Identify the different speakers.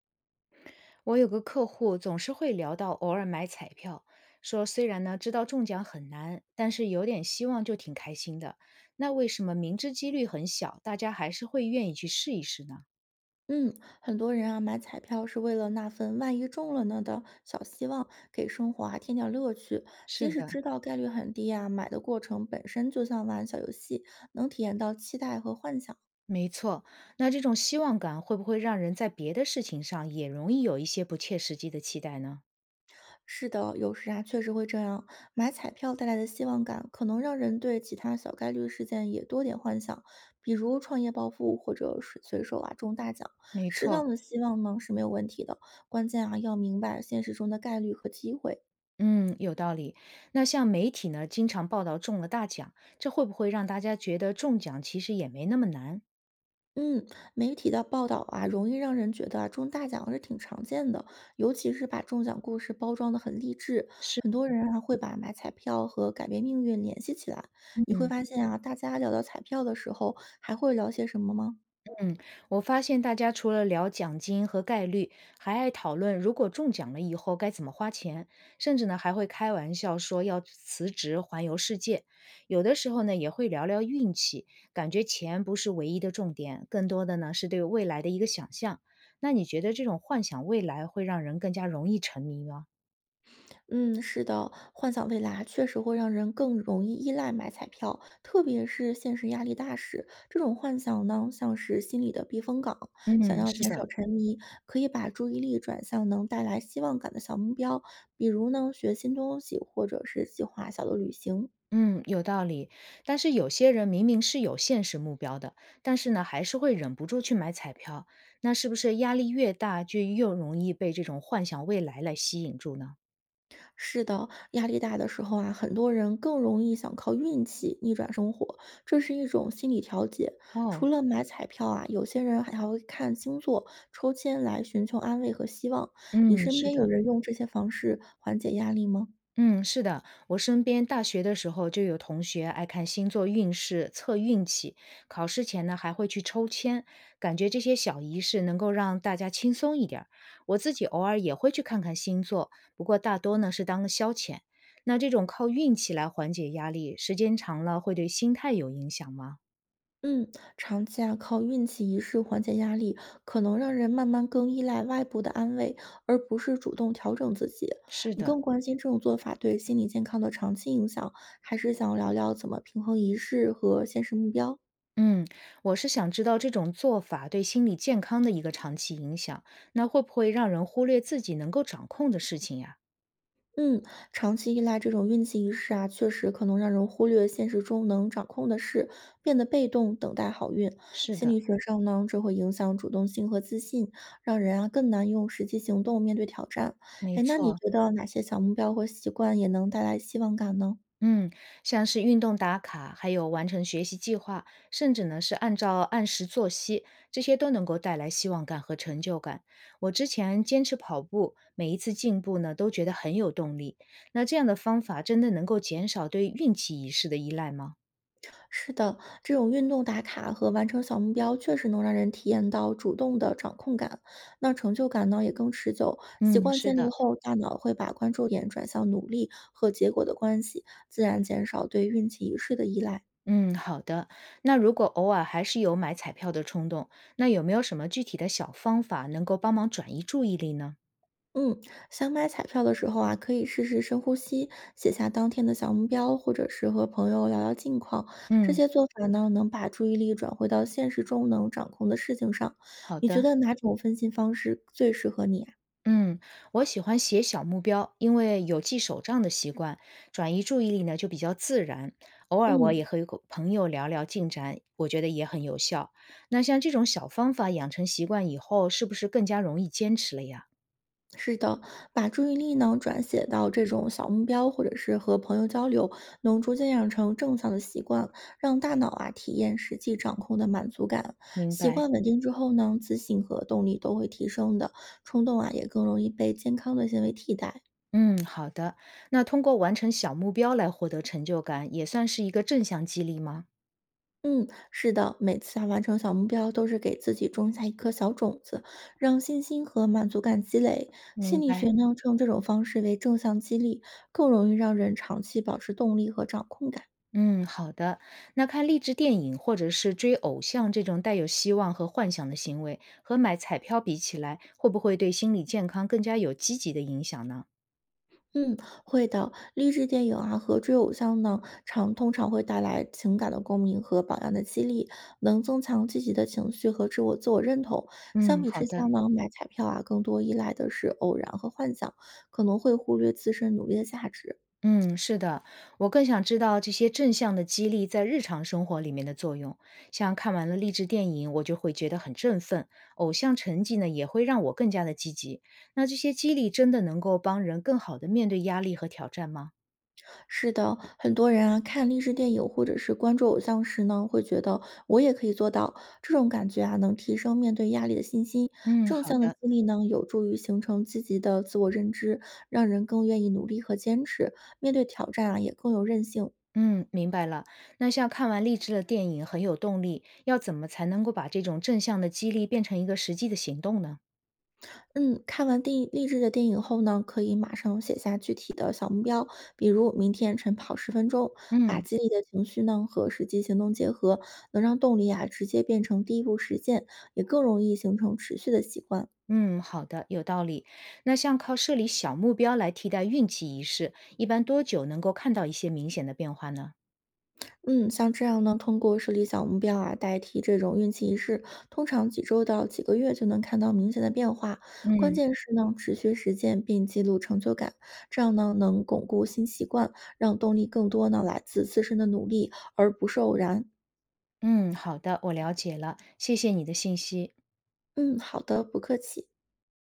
Speaker 1: 我有个客户总是会聊到偶尔买彩票，说虽然呢知道中奖很难，但是有点希望就挺开心的。那为什么明知几率很小，大家还是会愿意去试一试呢？
Speaker 2: 嗯，很多人啊买彩票是为了那份万一中了呢的小希望，给生活啊添点乐趣。
Speaker 1: 是
Speaker 2: 即使
Speaker 1: 的，
Speaker 2: 知道概率很低啊，买的过程本身就像玩小游戏，能体验到期待和幻想。
Speaker 1: 没错。那这种希望感会不会让人在别的事情上也容易有一些不切实际的期待呢？
Speaker 2: 是的，有时啊确实会这样。买彩票带来的希望感，可能让人对其他小概率事件也多点幻想，比如创业暴富或者随手啊中大奖。
Speaker 1: 没
Speaker 2: 适
Speaker 1: 错，
Speaker 2: 当的希望呢是没有问题的，关键啊要明白现实中的概率和机会。
Speaker 1: 嗯，有道理。那像媒体呢，经常报道中了大奖，这会不会让大家觉得中奖其实也没那么难？
Speaker 2: 嗯，媒体的报道啊，容易让人觉得啊，中大奖是挺常见的，尤其是把中奖故事包装的很励志，
Speaker 1: 是，
Speaker 2: 很多人啊会把买彩票和改变命运联系起来。你会
Speaker 1: 嗯。
Speaker 2: 发现啊，大家聊到彩票的时候，还会聊些什么吗？
Speaker 1: 嗯，我发现大家除了聊奖金和概率，还爱讨论如果中奖了以后该怎么花钱，甚至呢还会开玩笑说要辞职环游世界。有的时候呢也会聊聊运气，感觉钱不是唯一的重点，更多的呢是对未来的一个想象。那你觉得这种幻想未来会让人更加容易沉迷吗？
Speaker 2: 嗯，是的，幻想未来确实会让人更容易依赖买彩票，特别是现实压力大时，这种幻想呢，像是心理的避风港。想
Speaker 1: 嗯，
Speaker 2: 要
Speaker 1: 是
Speaker 2: 减少
Speaker 1: 的。
Speaker 2: 沉迷，可以把注意力转向能带来希望感的小目标，比如呢，学新东西，或者是计划小的旅行。
Speaker 1: 嗯，有道理。但是有些人明明是有现实目标的，但是呢，还是会忍不住去买彩票。那是不是压力越大，就越容易被这种幻想未来来吸引住呢？
Speaker 2: 是的，压力大的时候啊，很多人更容易想靠运气逆转生活，这是一种心理调节。除
Speaker 1: 哦，
Speaker 2: 了买彩票啊，有些人还会看星座、抽签来寻求安慰和希望。你
Speaker 1: 嗯，
Speaker 2: 身
Speaker 1: 是
Speaker 2: 边有
Speaker 1: 的。
Speaker 2: 人用这些方式缓解压力吗？
Speaker 1: 嗯，是的，我身边大学的时候就有同学爱看星座运势、测运气，考试前呢还会去抽签，感觉这些小仪式能够让大家轻松一点儿我自己偶尔也会去看看星座，不过大多呢是当个消遣。那这种靠运气来缓解压力，时间长了会对心态有影响吗？
Speaker 2: 嗯，长期啊靠运气仪式缓解压力，可能让人慢慢更依赖外部的安慰，而不是主动调整自己。
Speaker 1: 是
Speaker 2: 你
Speaker 1: 的，
Speaker 2: 更关心这种做法对心理健康的长期影响，还是想聊聊怎么平衡仪式和现实目标？
Speaker 1: 嗯，我是想知道这种做法对心理健康的一个长期影响，那会不会让人忽略自己能够掌控的事情呀？
Speaker 2: 嗯，长期依赖这种运气仪式啊，确实可能让人忽略现实中能掌控的事，变得被动，等待好运。
Speaker 1: 是
Speaker 2: 心
Speaker 1: 的。
Speaker 2: 理学上呢，这会影响主动性和自信，让人啊更难用实际行动面对挑战。
Speaker 1: 没
Speaker 2: 哎，那你
Speaker 1: 错，
Speaker 2: 觉得哪些小目标或习惯也能带来希望感呢？
Speaker 1: 嗯，像是运动打卡，还有完成学习计划，甚至呢是按照按时作息，这些都能够带来希望感和成就感。我之前坚持跑步，每一次进步呢都觉得很有动力。那这样的方法真的能够减少对运气一式的依赖吗？
Speaker 2: 是的，这种运动打卡和完成小目标，确实能让人体验到主动的掌控感，那成就感呢也更持久。习
Speaker 1: 嗯，
Speaker 2: 惯
Speaker 1: 是
Speaker 2: 建立
Speaker 1: 的。
Speaker 2: 后，大脑会把关注点转向努力和结果的关系，自然减少对运气一事的依赖。
Speaker 1: 嗯，好的。那如果偶尔还是有买彩票的冲动，那有没有什么具体的小方法能够帮忙转移注意力呢？
Speaker 2: 嗯，想买彩票的时候啊，可以试试深呼吸，写下当天的小目标，或者是和朋友聊聊近况。这
Speaker 1: 嗯，
Speaker 2: 些做法呢，能把注意力转回到现实中能掌控的事情上。
Speaker 1: 好
Speaker 2: 你觉
Speaker 1: 的。
Speaker 2: 得哪种分心方式最适合你啊？
Speaker 1: 嗯，我喜欢写小目标，因为有记手账的习惯，转移注意力呢就比较自然。偶尔我也
Speaker 2: 嗯。
Speaker 1: 和个朋友聊聊进展，我觉得也很有效。那像这种小方法养成习惯以后，是不是更加容易坚持了呀？
Speaker 2: 是的，把注意力呢转写到这种小目标，或者是和朋友交流，能逐渐养成正向的习惯，让大脑啊体验实际掌控的满足感。
Speaker 1: 明
Speaker 2: 习
Speaker 1: 白。
Speaker 2: 惯稳定之后呢，自信和动力都会提升的，冲动啊也更容易被健康的行为替代。
Speaker 1: 嗯，好的。那通过完成小目标来获得成就感，也算是一个正向激励吗？
Speaker 2: 嗯，是的，每次啊完成小目标都是给自己种下一颗小种子，让信心和满足感积累。
Speaker 1: 明
Speaker 2: 心理学
Speaker 1: 白。
Speaker 2: 呢称这种方式为正向激励，更容易让人长期保持动力和掌控感。
Speaker 1: 嗯，好的。那看励志电影或者是追偶像这种带有希望和幻想的行为，和买彩票比起来，会不会对心理健康更加有积极的影响呢？
Speaker 2: 嗯，会的。励志电影啊和追偶像呢，通常会带来情感的共鸣和榜样的激励，能增强积极的情绪和自我认同。相
Speaker 1: 嗯，
Speaker 2: 比
Speaker 1: 好
Speaker 2: 之下
Speaker 1: 的。
Speaker 2: 呢，买彩票啊更多依赖的是偶然和幻想，可能会忽略自身努力的价值。
Speaker 1: 嗯，是的，我更想知道这些正向的激励在日常生活里面的作用。像看完了励志电影，我就会觉得很振奋；偶像成绩呢，也会让我更加的积极。那这些激励真的能够帮人更好的面对压力和挑战吗？
Speaker 2: 是的，很多人啊，看励志电影或者是关注偶像时呢，会觉得我也可以做到。这种感觉啊，能提升面对压力的信心。
Speaker 1: 嗯，
Speaker 2: 正
Speaker 1: 好
Speaker 2: 向的激
Speaker 1: 的。
Speaker 2: 励呢，有助于形成积极的自我认知，让人更愿意努力和坚持。面对挑战啊，也更有韧性。
Speaker 1: 嗯，明白了。那像看完励志的电影很有动力，要怎么才能够把这种正向的激励变成一个实际的行动呢？
Speaker 2: 嗯，看完励志的电影后呢，可以马上写下具体的小目标，比如明天晨跑10分钟，把
Speaker 1: 嗯
Speaker 2: 激励的情绪呢和实际行动结合，能让动力啊直接变成第一步实践，也更容易形成持续的习惯。
Speaker 1: 嗯，好的，有道理。那像靠设立小目标来替代运气仪式，一般多久能够看到一些明显的变化呢？
Speaker 2: 嗯，像这样呢，通过设立小目标啊，代替这种运气仪式，通常几周到几个月就能看到明显的变化。关
Speaker 1: 嗯
Speaker 2: 键是呢，持续实践并记录成就感，这样呢能巩固新习惯，让动力更多呢来自自身的努力，而不是偶然。
Speaker 1: 嗯，好的，我了解了，谢谢你的信息。
Speaker 2: 嗯，好的，不客气。